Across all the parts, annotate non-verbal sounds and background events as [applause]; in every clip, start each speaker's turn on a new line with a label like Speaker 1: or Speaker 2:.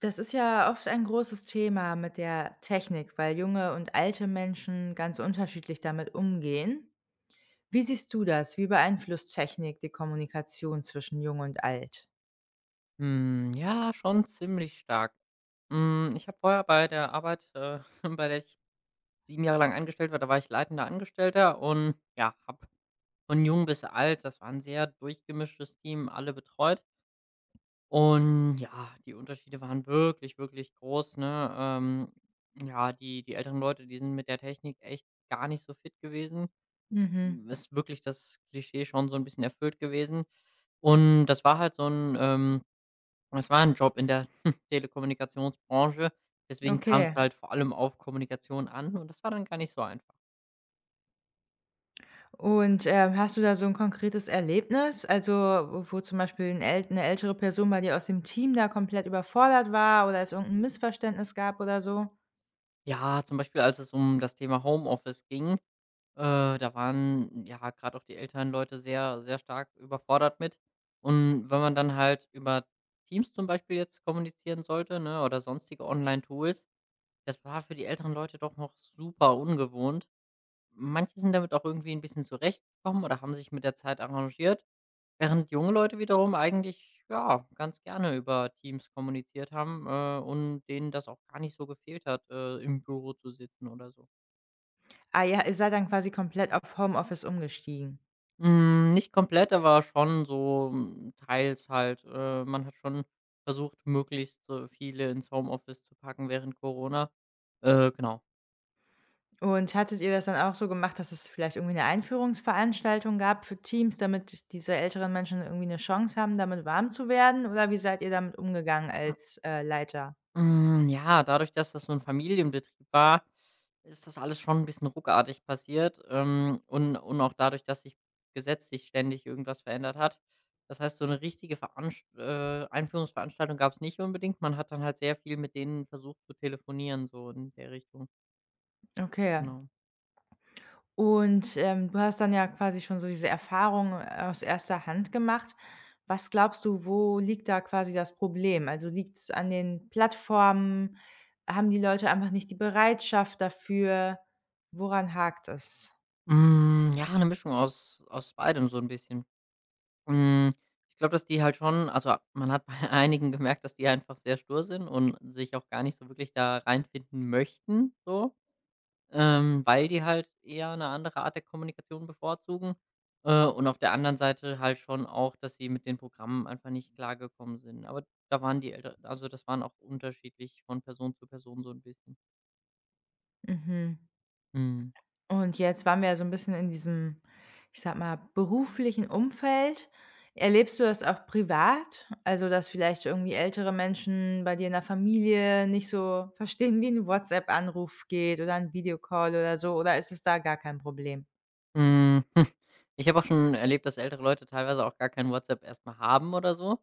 Speaker 1: Das ist ja oft ein großes Thema mit der Technik, weil junge und alte Menschen ganz unterschiedlich damit umgehen. Wie siehst du das? Wie beeinflusst Technik die Kommunikation zwischen jung und alt?
Speaker 2: Ja, schon ziemlich stark. Ich habe vorher bei der Arbeit, [laughs] bei der ich 7 Jahre lang angestellt war. Da war ich leitender Angestellter und, ja, habe von jung bis alt — das war 'n sehr durchgemischtes Team — alle betreut. Und ja, die Unterschiede waren wirklich, wirklich groß, ne? Ja, die älteren Leute, die sind mit der Technik echt gar nicht so fit gewesen.
Speaker 1: Mhm,
Speaker 2: Ist wirklich das Klischee schon so ein bisschen erfüllt gewesen. Und das war halt so ein es war ein Job in der [laughs] Telekommunikationsbranche, deswegen kam es
Speaker 1: okay.
Speaker 2: halt vor allem auf Kommunikation an und das war dann gar nicht so einfach.
Speaker 1: Und, hast du da so ein konkretes Erlebnis, also, wo zum Beispiel 'n äl 'ne ältere Person bei dir aus dem Team da komplett überfordert war oder es irgendein Missverständnis gab oder so?
Speaker 2: Ja, zum Beispiel, als es um das Thema Homeoffice ging, da waren, ja, gerade auch die älteren Leute sehr sehr stark überfordert mit. Und wenn man dann halt über Teams zum Beispiel jetzt kommunizieren sollte, ne, oder sonstige Online-Tools, das war für die älteren Leute doch noch super ungewohnt. Manche sind damit auch irgendwie ein bisschen zurechtgekommen oder haben sich mit der Zeit arrangiert. Während junge Leute wiederum eigentlich, ja, ganz gerne über Teams kommuniziert haben, und denen das auch gar nicht so gefehlt hat, im Büro zu sitzen oder so.
Speaker 1: Ah ja, ihr seid dann quasi komplett auf Homeoffice umgestiegen.
Speaker 2: Nicht komplett, aber schon so, teils halt. Man hat schon versucht, möglichst, viele ins Homeoffice zu packen während Corona. Genau.
Speaker 1: Und hattet ihr das dann auch so gemacht, dass es vielleicht irgendwie 'ne Einführungsveranstaltung gab für Teams, damit diese älteren Menschen irgendwie 'ne Chance haben, damit warm zu werden? Oder wie seid ihr damit umgegangen als, Leiter?
Speaker 2: Ja, dadurch, dass das so ein Familienbetrieb war, ist das alles schon ein bisschen ruckartig passiert, und auch dadurch, dass sich gesetzlich ständig irgendwas verändert hat. Das heißt, so eine richtige Veranst Einführungsveranstaltung gab's nicht unbedingt. Man hat dann halt sehr viel mit denen versucht zu telefonieren, so in der Richtung,
Speaker 1: Okay.
Speaker 2: genau.
Speaker 1: Und, du hast dann ja quasi schon so diese Erfahrung aus erster Hand gemacht. Was glaubst du, wo liegt da quasi das Problem? Also, liegt's an den Plattformen? Haben die Leute einfach nicht die Bereitschaft dafür? Woran hakt es?
Speaker 2: Ja, eine Mischung aus beidem so ein bisschen. Hm, Ich glaube, dass die halt schon — also, man hat bei [laughs] einigen gemerkt, dass die einfach sehr stur sind und sich auch gar nicht so wirklich da reinfinden möchten so, weil die halt eher eine andere Art der Kommunikation bevorzugen, und auf der anderen Seite halt schon auch, dass sie mit den Programmen einfach nicht klargekommen sind. Aber da waren die Elter also, das waren auch unterschiedlich von Person zu Person so ein bisschen.
Speaker 1: Mhm.
Speaker 2: Mhm.
Speaker 1: Und jetzt waren wir ja so ein bisschen in diesem, ich sage mal, beruflichen Umfeld. Erlebst du das auch privat? Also, dass vielleicht irgendwie ältere Menschen bei dir in der Familie nicht so verstehen, wie ein WhatsApp-Anruf geht oder 'n Videocall oder so, oder ist es da gar kein Problem?
Speaker 2: Hm, [laughs] Ich habe auch schon erlebt, dass ältere Leute teilweise auch gar kein WhatsApp erstmal haben oder so.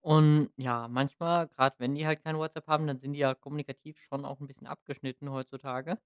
Speaker 2: Und ja, manchmal, gerade wenn die halt kein WhatsApp haben, dann sind die ja kommunikativ schon auch ein bisschen abgeschnitten heutzutage.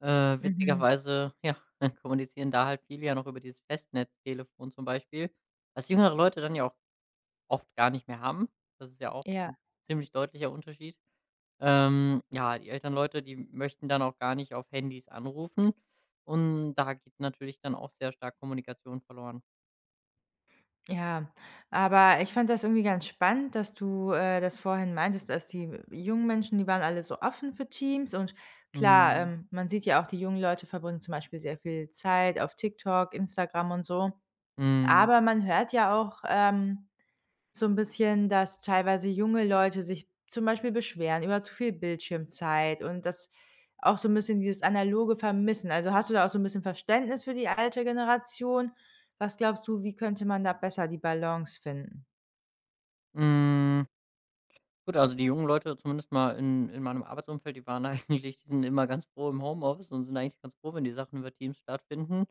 Speaker 1: Mhm,
Speaker 2: Witzigerweise, ja, [laughs] kommunizieren da halt viele ja noch über dieses Festnetztelefon zum Beispiel, was jüngere Leute dann ja auch oft gar nicht mehr haben. Das ist ja auch
Speaker 1: ja.
Speaker 2: 'n ziemlich deutlicher Unterschied. Ja, die älteren Leute, die möchten dann auch gar nicht auf Handys anrufen und da geht natürlich dann auch sehr stark Kommunikation verloren.
Speaker 1: Ja, aber ich fand das irgendwie ganz spannend, dass du, das vorhin meintest, dass die jungen Menschen, die waren alle so offen für Teams und klar,
Speaker 2: Mhm.
Speaker 1: man sieht ja auch, die jungen Leute verbringen zum Beispiel sehr viel Zeit auf TikTok, Instagram und so.
Speaker 2: Mhm.
Speaker 1: Aber man hört ja auch, so ein bisschen, dass teilweise junge Leute sich zum Beispiel beschweren über zu viel Bildschirmzeit und das auch so 'n bisschen dieses Analoge vermissen. Also, hast du da auch so 'n bisschen Verständnis für die alte Generation? Was glaubst du, wie könnte man da besser die Balance finden?
Speaker 2: Hm. Mm, Gut, also die jungen Leute zumindest mal in meinem Arbeitsumfeld, die waren [laughs] eigentlich — die sind immer ganz froh im Homeoffice und sind eigentlich ganz froh, wenn die Sachen über Teams stattfinden.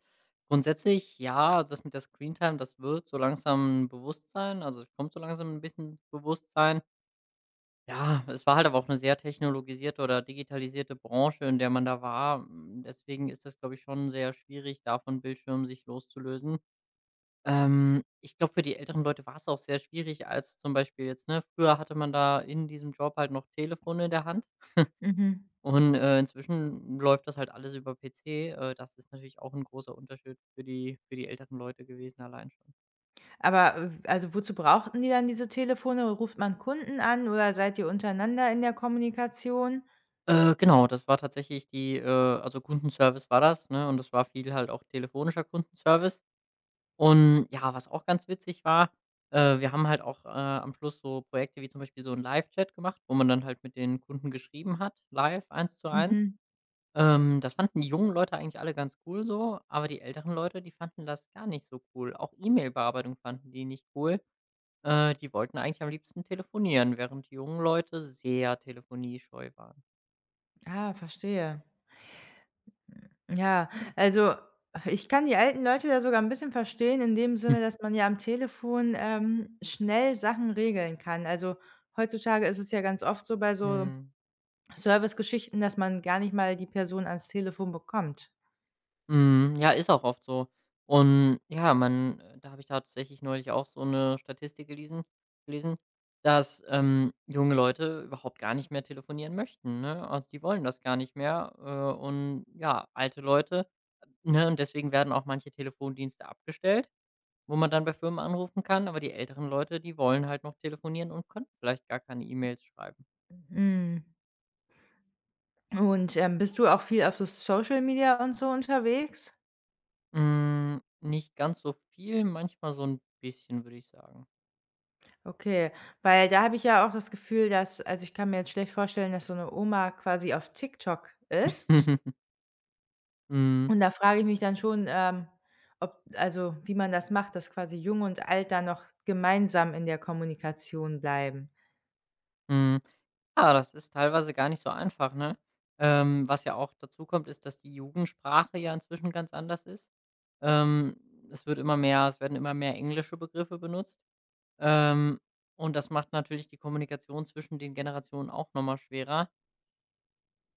Speaker 2: Grundsätzlich, ja, also das mit der Screentime, das wird so langsam ein Bewusstsein — also, es kommt so langsam ein bisschen Bewusstsein. Ja, es war halt aber auch eine sehr technologisierte oder digitalisierte Branche, in der man da war. Deswegen ist das, glaube ich, schon sehr schwierig, da von Bildschirmen sich loszulösen. Ich glaube, für die älteren Leute war es auch sehr schwierig, als zum Beispiel jetzt, ne, früher hatte man da in diesem Job halt noch Telefone in der Hand
Speaker 1: Mhm.
Speaker 2: und, inzwischen läuft das halt alles über PC. Das ist natürlich auch ein großer Unterschied für die älteren Leute gewesen allein schon.
Speaker 1: Aber, w also, wozu brauchten die dann diese Telefone? Ruft man Kunden an oder seid ihr untereinander in der Kommunikation?
Speaker 2: Genau, das war tatsächlich die also Kundenservice war das, ne, und das war viel halt auch telefonischer Kundenservice. Und ja, was auch ganz witzig war, wir haben halt auch, am Schluss so Projekte wie zum Beispiel so 'n Live-Chat gemacht, wo man dann halt mit den Kunden geschrieben hat, live, 1:1.
Speaker 1: Mhm.
Speaker 2: Das fanden die jungen Leute eigentlich alle ganz cool so, aber die älteren Leute, die fanden das gar nicht so cool. Auch E-Mail-Bearbeitung fanden die nicht cool. Die wollten eigentlich am liebsten telefonieren, während die jungen Leute sehr telefoniescheu waren.
Speaker 1: Ah, verstehe. Ja, also ich kann die alten Leute da sogar ein bisschen verstehen in dem Sinne, dass
Speaker 2: [laughs]
Speaker 1: man ja am Telefon, schnell Sachen regeln kann. Also, heutzutage ist es ja ganz oft so bei so
Speaker 2: Mhm.
Speaker 1: Servicegeschichten, dass man gar nicht mal die Person ans Telefon bekommt.
Speaker 2: Mhm, ja, ist auch oft so. Und ja, man da habe ich tatsächlich neulich auch so eine Statistik gelesen, dass, junge Leute überhaupt gar nicht mehr telefonieren möchten, ne? Also, die wollen das gar nicht mehr, und ja, alte Leute, ne? Und deswegen werden auch manche Telefondienste abgestellt, wo man dann bei Firmen anrufen kann, aber die älteren Leute, die wollen halt noch telefonieren und können vielleicht gar keine E-Mails schreiben.
Speaker 1: Mhm. Und, bist du auch viel auf so Social Media und so unterwegs?
Speaker 2: Nicht ganz so viel, manchmal so ein bisschen, würde ich sagen.
Speaker 1: Okay, weil da habe ich ja auch das Gefühl, dass also, ich kann mir jetzt schlecht vorstellen, dass so eine Oma quasi auf TikTok ist.
Speaker 2: [laughs] Mhm.
Speaker 1: Und da frage ich mich dann schon, ob also, wie man das macht, dass quasi Jung und Alt da noch gemeinsam in der Kommunikation bleiben.
Speaker 2: Mhm. Ja, das ist teilweise gar nicht so einfach, ne? Was ja auch dazu kommt, ist, dass die Jugendsprache ja inzwischen ganz anders ist. Ähm, es werden immer mehr englische Begriffe benutzt. Ähm, und das macht natürlich die Kommunikation zwischen den Generationen auch noch mal schwerer.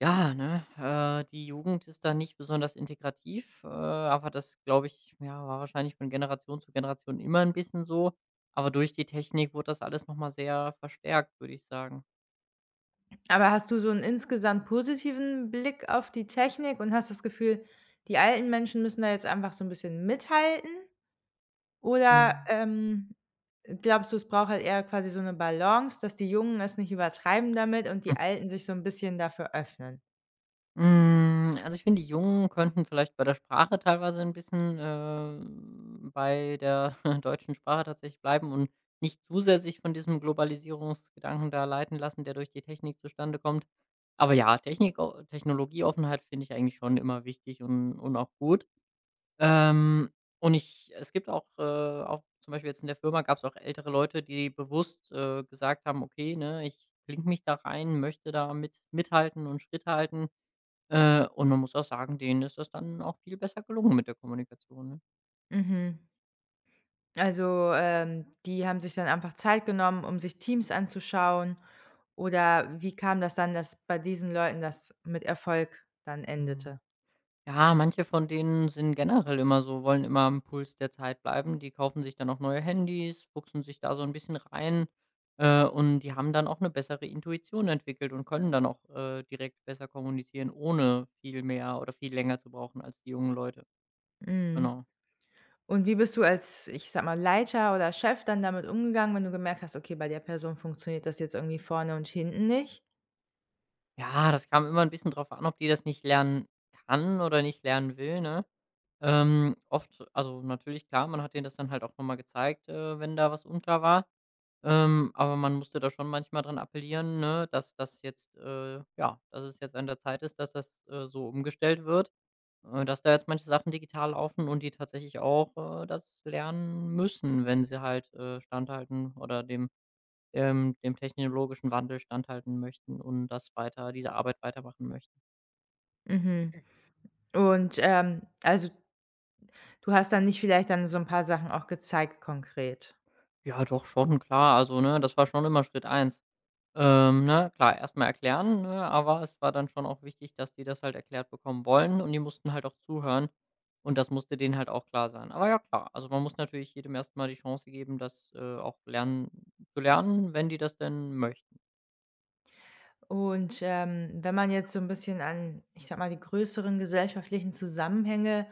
Speaker 2: Ja, ne, die Jugend ist da nicht besonders integrativ, aber das, glaube ich, ja, war wahrscheinlich von Generation zu Generation immer ein bisschen so. Aber durch die Technik wurde das alles noch mal sehr verstärkt, würde ich sagen.
Speaker 1: Aber hast du so einen insgesamt positiven Blick auf die Technik und hast das Gefühl, die alten Menschen müssen da jetzt einfach so ein bisschen mithalten? Oder,
Speaker 2: Mhm.
Speaker 1: glaubst du, es braucht halt eher quasi so eine Balance, dass die Jungen es nicht übertreiben damit und die Alten sich so ein bisschen dafür öffnen?
Speaker 2: Also, ich finde, die Jungen könnten vielleicht bei der Sprache teilweise ein bisschen, bei der [laughs] deutschen Sprache tatsächlich bleiben und nicht zu sehr sich von diesem Globalisierungsgedanken da leiten lassen, der durch die Technik zustande kommt. Aber ja, Technik Technologieoffenheit finde ich eigentlich schon immer wichtig und auch gut. Ähm, und ich es gibt auch zum Beispiel jetzt in der Firma gab es auch ältere Leute, die bewusst, gesagt haben: „Okay, ne, ich klinke mich da rein, möchte da mithalten und Schritt halten.“ Und man muss auch sagen, denen ist das dann auch viel besser gelungen mit der Kommunikation, ne?
Speaker 1: Mhm. Also, die haben sich dann einfach Zeit genommen, um sich Teams anzuschauen. Oder wie kam das dann, dass bei diesen Leuten das mit Erfolg dann
Speaker 2: Mhm.
Speaker 1: endete?
Speaker 2: Ja, manche von denen sind generell immer so — wollen immer am Puls der Zeit bleiben. Die kaufen sich dann auch neue Handys, fuchsen sich da so ein bisschen rein, und die haben dann auch eine bessere Intuition entwickelt und können dann auch, direkt besser kommunizieren, ohne viel mehr oder viel länger zu brauchen als die jungen Leute.
Speaker 1: Mhm.
Speaker 2: Genau.
Speaker 1: Und wie bist du als, ich sage mal, Leiter oder Chef dann damit umgegangen, wenn du gemerkt hast: „Okay, bei der Person funktioniert das jetzt irgendwie vorne und hinten nicht?“
Speaker 2: Ja, das kam immer ein bisschen drauf an, ob die das nicht lernen kann oder nicht lernen will, ne? Oft — also, natürlich, klar, man hat denen das dann halt auch noch mal gezeigt, wenn da was unklar war. Aber man musste da schon manchmal dran appellieren, ne, dass das jetzt ja, dass es jetzt an der Zeit ist, dass das, so umgestellt wird, dass da jetzt manche Sachen digital laufen und die tatsächlich auch, das lernen müssen, wenn sie halt, standhalten oder dem technologischen Wandel standhalten möchten und das weiter diese Arbeit weitermachen möchten.
Speaker 1: Mhm. Und, also, du hast dann nicht vielleicht dann so ein paar Sachen auch gezeigt konkret?
Speaker 2: Ja, doch schon, klar. Also, ne, das war schon immer Schritt eins. Ne, klar, erstmal erklären, ne, aber es war dann schon auch wichtig, dass die das halt erklärt bekommen wollen und die mussten halt auch zuhören und das musste denen halt auch klar sein. Aber ja, klar, also man muss natürlich jedem erstmal die Chance geben, das, auch lernen zu lernen, wenn die das denn möchten.
Speaker 1: Und, wenn man jetzt so ein bisschen an, ich sag mal, die größeren gesellschaftlichen Zusammenhänge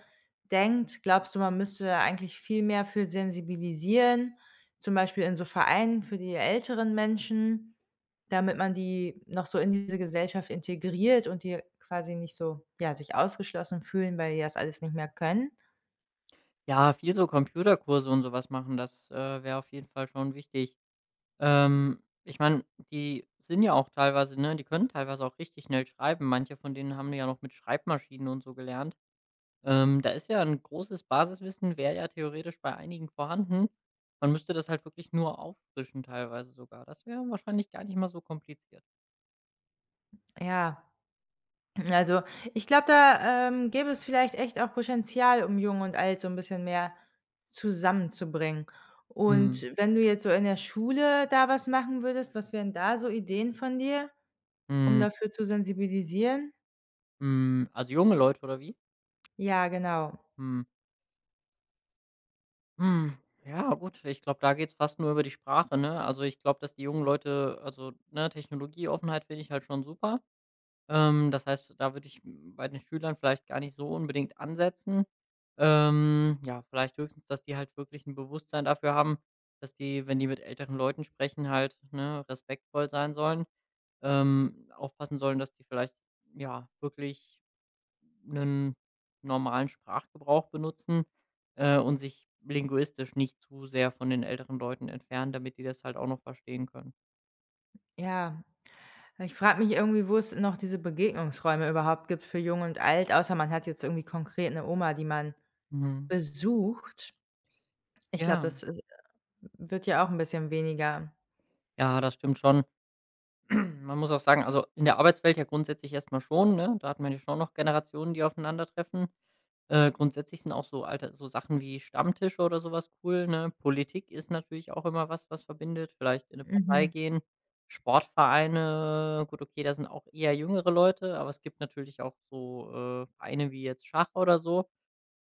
Speaker 1: denkt, glaubst du, man müsste eigentlich viel mehr für sensibilisieren, zum Beispiel in so Vereinen für die älteren Menschen, damit man die noch so in diese Gesellschaft integriert und die quasi nicht so, ja, sich ausgeschlossen fühlen, weil die das alles nicht mehr können?
Speaker 2: Ja, viel so Computerkurse und sowas machen, das, wäre auf jeden Fall schon wichtig. Ich meine, die sind ja auch teilweise, ne, die können teilweise auch richtig schnell schreiben. Manche von denen haben ja noch mit Schreibmaschinen und so gelernt. Da ist ja ein großes Basiswissen, wäre ja theoretisch bei einigen vorhanden. Man müsste das halt wirklich nur auffrischen teilweise sogar. Das wäre wahrscheinlich gar nicht mal so kompliziert.
Speaker 1: Ja. Also, ich glaube, da, gäbe es vielleicht echt auch Potenzial, um Jung und Alt so 'n bisschen mehr zusammenzubringen.
Speaker 2: Mhm.
Speaker 1: Und wenn du jetzt so in der Schule da was machen würdest, was wären da so Ideen von dir, um
Speaker 2: Mhm.
Speaker 1: dafür zu sensibilisieren?
Speaker 2: Also junge Leute oder wie?
Speaker 1: Ja, genau.
Speaker 2: Hm. Hm, ja gut, ich glaube, da geht's fast nur über die Sprache, ne? Also, ich glaube, dass die jungen Leute — also, ne, Technologieoffenheit finde ich halt schon super. Das heißt, da würde ich m bei den Schülern vielleicht gar nicht so unbedingt ansetzen. Ja, vielleicht höchstens, dass die halt wirklich ein Bewusstsein dafür haben, dass die, wenn die mit älteren Leuten sprechen, halt, ne, respektvoll sein sollen, aufpassen sollen, dass die vielleicht, ja, wirklich einen normalen Sprachgebrauch benutzen, und sich linguistisch nicht zu sehr von den älteren Leuten entfernen, damit die das halt auch noch verstehen können.
Speaker 1: Ja, ich frage mich irgendwie, wo es noch diese Begegnungsräume überhaupt gibt für Jung und Alt, außer man hat jetzt irgendwie konkret 'ne Oma, die man
Speaker 2: Mhm.
Speaker 1: besucht. Ich glaube, das,
Speaker 2: Ja,
Speaker 1: wird ja auch 'n bisschen weniger.
Speaker 2: ja, das stimmt schon. [clears throat] Man muss auch sagen, also, in der Arbeitswelt ja grundsätzlich erst mal schon, ne? Da hat man ja schon noch Generationen, die aufeinandertreffen. Grundsätzlich sind auch so Sachen wie Stammtische oder sowas cool, ne? Politik ist natürlich auch immer was, was verbindet. Vielleicht in eine Partei
Speaker 1: Mhm.
Speaker 2: gehen, Sportvereine, gut, okay, da sind auch eher jüngere Leute, aber es gibt natürlich auch so, Vereine wie jetzt Schach oder so.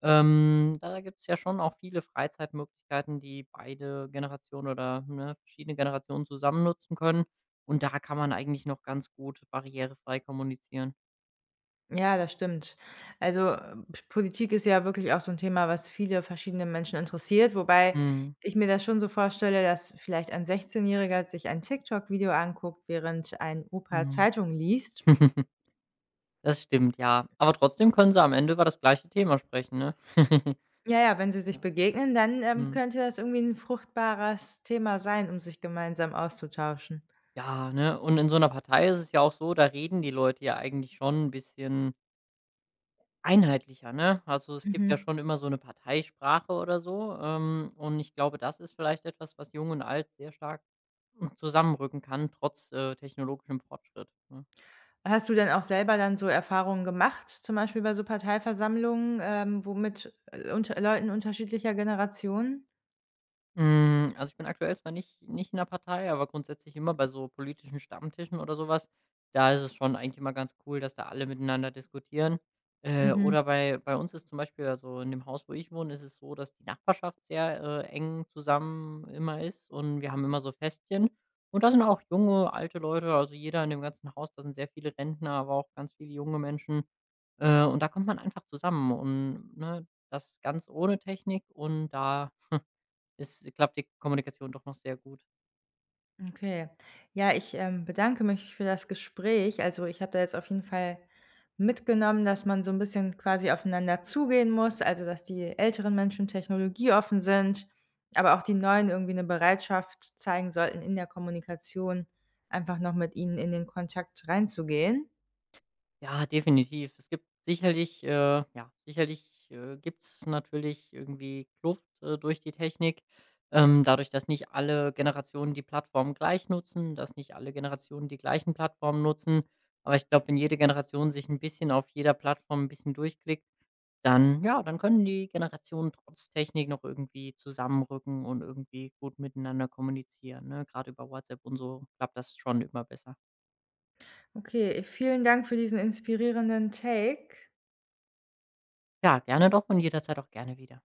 Speaker 2: Da gibt's ja schon auch viele Freizeitmöglichkeiten, die beide Generationen oder, ne, verschiedene Generationen zusammen nutzen können. Und da kann man eigentlich noch ganz gut barrierefrei kommunizieren.
Speaker 1: Ja, das stimmt. Also, Politik ist ja wirklich auch so 'n Thema, was viele verschiedene Menschen interessiert, wobei
Speaker 2: Mhm,
Speaker 1: ich mir das schon so vorstelle, dass vielleicht ein Sechzehnjähriger sich ein TikTok-Video anguckt, während ein Opa
Speaker 2: mhm.
Speaker 1: Zeitung liest.
Speaker 2: [laughs] Das stimmt, ja. Aber trotzdem können sie am Ende über das gleiche Thema sprechen, ne? [laughs]
Speaker 1: Ja, ja, wenn sie sich
Speaker 2: Ja,
Speaker 1: begegnen, dann,
Speaker 2: mhm.
Speaker 1: könnte das irgendwie 'n fruchtbares Thema sein, um sich gemeinsam auszutauschen.
Speaker 2: Ja, ne? Und in so einer Partei ist es ja auch so, da reden die Leute ja eigentlich schon ein bisschen einheitlicher, ne? Also, es gibt ja
Speaker 1: Mhm.
Speaker 2: schon immer so eine Parteisprache oder so, und ich glaube, das ist vielleicht etwas, was Jung und Alt sehr stark, zusammenrücken kann, trotz, technologischem Fortschritt, ne?
Speaker 1: Hast du denn auch selber dann so Erfahrungen gemacht, zum Beispiel bei so Parteiversammlungen, wo mit, unter Leuten unterschiedlicher Generationen?
Speaker 2: Also, ich bin aktuell zwar nicht in der Partei, aber grundsätzlich immer bei so politischen Stammtischen oder sowas. Da ist es schon eigentlich immer ganz cool, dass da alle miteinander diskutieren.
Speaker 1: Mhm.
Speaker 2: Oder bei uns ist zum Beispiel, also, in dem Haus, wo ich wohne, ist es so, dass die Nachbarschaft sehr, eng zusammen immer ist und wir haben immer so Festchen. Und da sind auch junge, alte Leute, also, jeder in dem ganzen Haus — da sind sehr viele Rentner, aber auch ganz viele junge Menschen. Und da kommt man einfach zusammen und, ne, das ganz ohne Technik und da [laughs] es klappt die Kommunikation doch noch sehr gut.
Speaker 1: Okay. Ja, ich, bedanke mich für das Gespräch. Also, ich habe da jetzt auf jeden Fall mitgenommen, dass man so ein bisschen quasi aufeinander zugehen muss, also, dass die älteren Menschen technologieoffen sind, aber auch die Neuen irgendwie eine Bereitschaft zeigen sollten, in der Kommunikation einfach noch mit ihnen in den Kontakt reinzugehen.
Speaker 2: Ja, definitiv. Es gibt sicherlich, ja, sicherlich, gibt es natürlich irgendwie Kluft, durch die Technik. Dadurch, dass nicht alle Generationen die Plattform gleich nutzen, dass nicht alle Generationen die gleichen Plattformen nutzen. Aber ich glaube, wenn jede Generation sich ein bisschen auf jeder Plattform ein bisschen durchklickt, dann ja, dann können die Generationen trotz Technik noch irgendwie zusammenrücken und irgendwie gut miteinander kommunizieren, ne? Grade über WhatsApp und so klappt das schon immer besser.
Speaker 1: Okay, vielen Dank für diesen inspirierenden Take.
Speaker 2: Ja, gerne doch und jederzeit auch gerne wieder.